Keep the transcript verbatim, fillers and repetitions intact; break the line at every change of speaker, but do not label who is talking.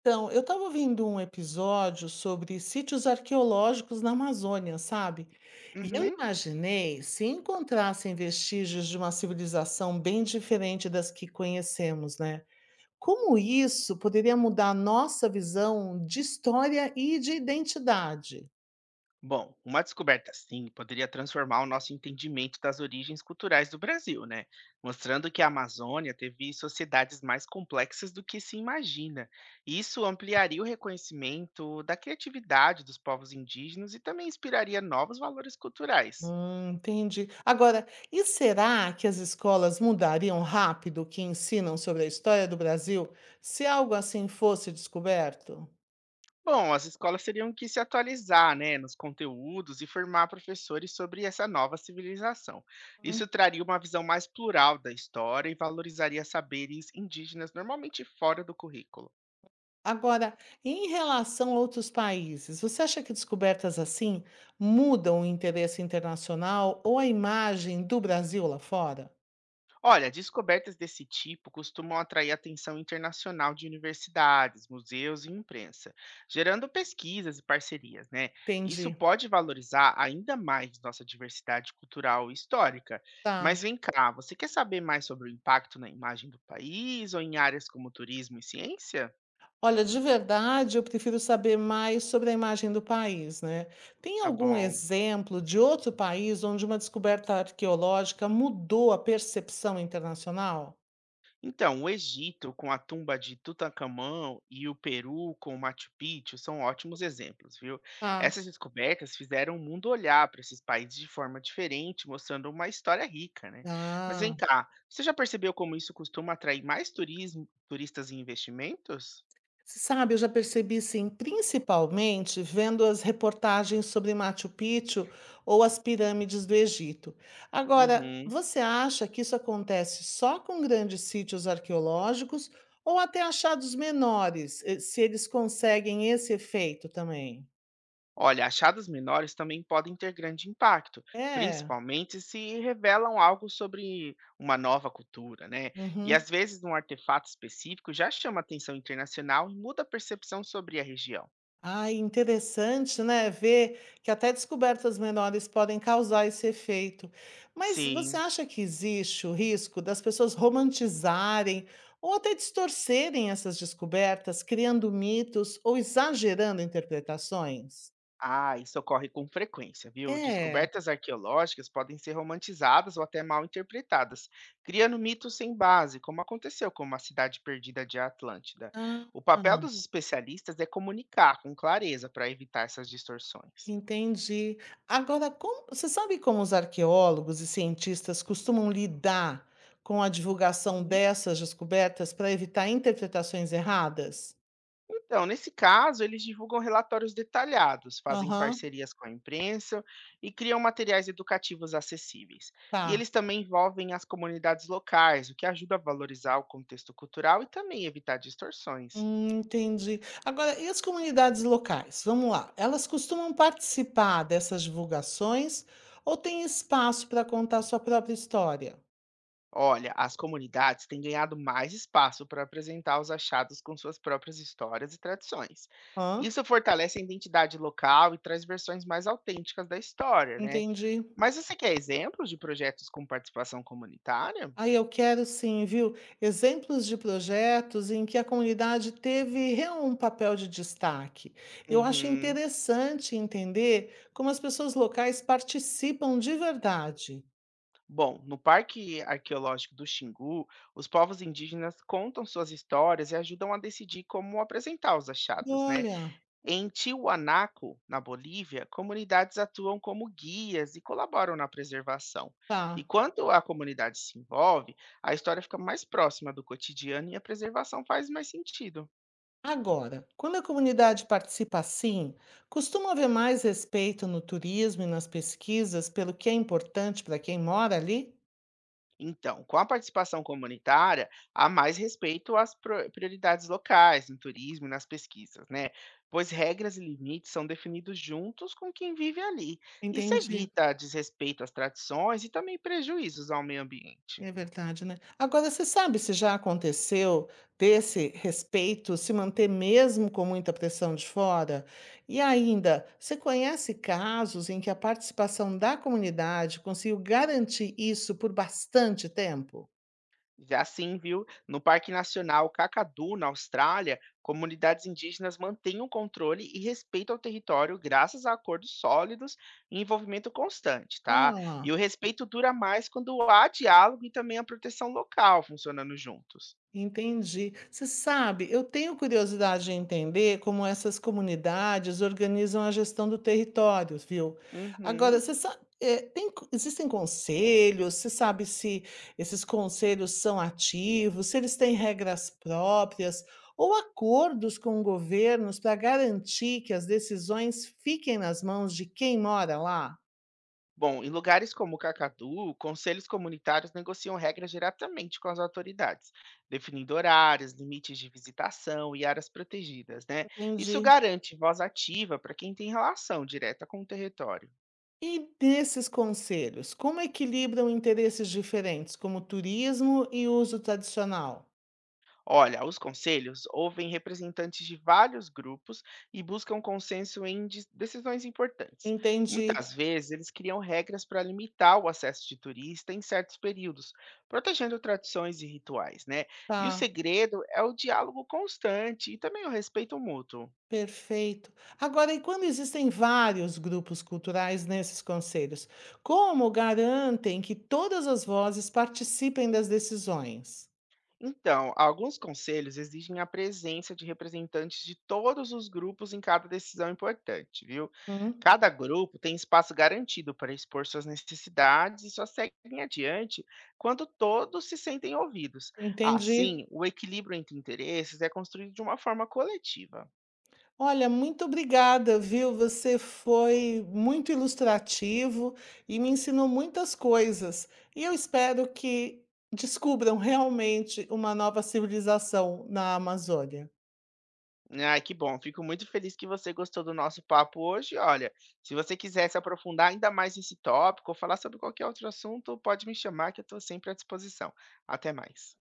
Então, eu estava vendo um episódio sobre sítios arqueológicos na Amazônia, sabe? E eu
Uhum.
imaginei se encontrassem vestígios de uma civilização bem diferente das que conhecemos, né? Como isso poderia mudar a nossa visão de história e de identidade?
Bom, uma descoberta assim poderia transformar o nosso entendimento das origens culturais do Brasil, né? Mostrando que a Amazônia teve sociedades mais complexas do que se imagina. Isso ampliaria o reconhecimento da criatividade dos povos indígenas e também inspiraria novos valores culturais.
Hum, entendi. Agora, e será que as escolas mudariam rápido o que ensinam sobre a história do Brasil se algo assim fosse descoberto?
Bom, as escolas teriam que se atualizar, né, nos conteúdos e formar professores sobre essa nova civilização. Isso traria uma visão mais plural da história e valorizaria saberes indígenas normalmente fora do currículo.
Agora, em relação a outros países, você acha que descobertas assim mudam o interesse internacional ou a imagem do Brasil lá fora?
Olha, descobertas desse tipo costumam atrair atenção internacional de universidades, museus e imprensa, gerando pesquisas e parcerias, né? Isso
Entendi.
pode valorizar ainda mais nossa diversidade cultural e histórica.
Tá.
Mas vem cá, você quer saber mais sobre o impacto na imagem do país ou em áreas como turismo e ciência?
Olha, de verdade, eu prefiro saber mais sobre a imagem do país, né? Tem
Tá
algum
bom.
exemplo de outro país onde uma descoberta arqueológica mudou a percepção internacional?
Então, o Egito com a tumba de Tutancâmon e o Peru com o Machu Picchu são ótimos exemplos, viu?
Ah,
Essas descobertas fizeram o mundo olhar para esses países de forma diferente, mostrando uma história rica, né? Mas vem
ah.
cá, você já percebeu como isso costuma atrair mais turismo, turistas e investimentos?
Você sabe, eu já percebi sim, principalmente vendo as reportagens sobre Machu Picchu ou as pirâmides do Egito. Agora,
Uhum.
você acha que isso acontece só com grandes sítios arqueológicos ou até achados menores, eh, se eles conseguem esse efeito também?
Olha, achados menores também podem ter grande impacto,
É.
principalmente se revelam algo sobre uma nova cultura, né? E
Uhum.
às vezes um artefato específico já chama atenção internacional e muda a percepção sobre a região.
Ai, interessante, né, ver que até descobertas menores podem causar esse efeito. Mas você
Sim,
acha que existe o risco das pessoas romantizarem ou até distorcerem essas descobertas, criando mitos ou exagerando interpretações?
ah, isso ocorre com frequência, viu?
É.
Descobertas arqueológicas podem ser romantizadas ou até mal interpretadas, criando mitos sem base, como aconteceu com a cidade perdida de Atlântida.
Ah,
O papel dos especialistas é comunicar com clareza para evitar essas distorções.
entendi. Agora, como- você sabe como os arqueólogos e cientistas costumam lidar com a divulgação
Uhum.
dessas descobertas para evitar interpretações erradas?
Então, nesse caso, eles divulgam relatórios detalhados, fazem
Aham,
parcerias com a imprensa e criam materiais educativos acessíveis. E
tá.
eles também envolvem as comunidades locais, o que ajuda a valorizar o contexto cultural e também evitar distorções.
Hum, entendi. Agora, e as comunidades locais? Vamos lá. Elas costumam participar dessas divulgações ou tem espaço para contar sua própria história?
Olha, as comunidades têm ganhado mais espaço para apresentar os achados com suas próprias histórias e tradições.
Hã?
Isso fortalece a identidade local e traz versões mais autênticas da história, né?
Entendi.
Mas você quer exemplos de projetos com participação comunitária?
Aí eu quero sim, viu? Exemplos de projetos em que a comunidade teve real um papel de destaque. Eu acho
Uhum.
interessante entender como as pessoas locais participam de verdade.
Bom, no Parque Arqueológico do Xingu, os povos indígenas contam suas histórias e ajudam a decidir como apresentar os achados, né?
Olha,
Em Tiwanaku, na Bolívia, comunidades atuam como guias e colaboram na preservação. E
tá.
quando a comunidade se envolve, a história fica mais próxima do cotidiano e a preservação faz mais sentido.
Agora, quando a comunidade participa assim, costuma haver mais respeito no turismo e nas pesquisas pelo que é importante para quem mora ali?
Então, com a participação comunitária, há mais respeito às pro- prioridades locais, no turismo e nas pesquisas, né? Pois regras e limites são definidos juntos com quem vive ali. Isso
Entendi,
evita desrespeito às tradições e também prejuízos ao meio ambiente.
é verdade, né? Agora, você sabe se já aconteceu desse respeito se manter mesmo com muita pressão de fora? E ainda, você conhece casos em que a participação da comunidade conseguiu garantir isso por bastante tempo?
Já sim, viu? No Parque Nacional Kakadu, na Austrália, comunidades indígenas mantêm o controle e respeito ao território graças a acordos sólidos e envolvimento constante, tá? E
Ah.
o respeito dura mais quando há diálogo e também a proteção local funcionando juntos.
Entendi. Você sabe, eu tenho curiosidade de entender como essas comunidades organizam a gestão do território, viu? Agora,
Uhum.
você sabe, tem, existem conselhos? Você sabe se esses conselhos são ativos, se eles têm regras próprias ou acordos com governos para garantir que as decisões fiquem nas mãos de quem mora lá?
Bom, em lugares como Cacatu, conselhos comunitários negociam regras diretamente com as autoridades, definindo horários, limites de visitação e áreas protegidas, né? Isso
Entendi.
garante voz ativa para quem tem relação direta com o território.
E desses conselhos, como equilibram interesses diferentes, como turismo e uso tradicional?
Olha, os conselhos ouvem representantes de vários grupos e buscam consenso em de- decisões importantes.
Entendi.
Muitas vezes, eles criam regras para limitar o acesso de turista em certos períodos, protegendo tradições e rituais, né? E o
Tá,
segredo é o diálogo constante e também o respeito mútuo.
perfeito. Agora, e quando existem vários grupos culturais nesses conselhos, como garantem que todas as vozes participem das decisões?
Então, alguns conselhos exigem a presença de representantes de todos os grupos em cada decisão importante, viu?
Hum,
Cada grupo tem espaço garantido para expor suas necessidades e só seguem adiante quando todos se sentem ouvidos.
entendi.
Assim, o equilíbrio entre interesses é construído de uma forma coletiva.
Olha, muito obrigada, viu? Você foi muito ilustrativo e me ensinou muitas coisas. E eu espero que descubram realmente uma nova civilização na Amazônia.
Ai, que bom. Fico muito feliz que você gostou do nosso papo hoje. Olha, se você quiser se aprofundar ainda mais nesse tópico ou falar sobre qualquer outro assunto, pode me chamar que eu estou sempre à disposição. Até mais.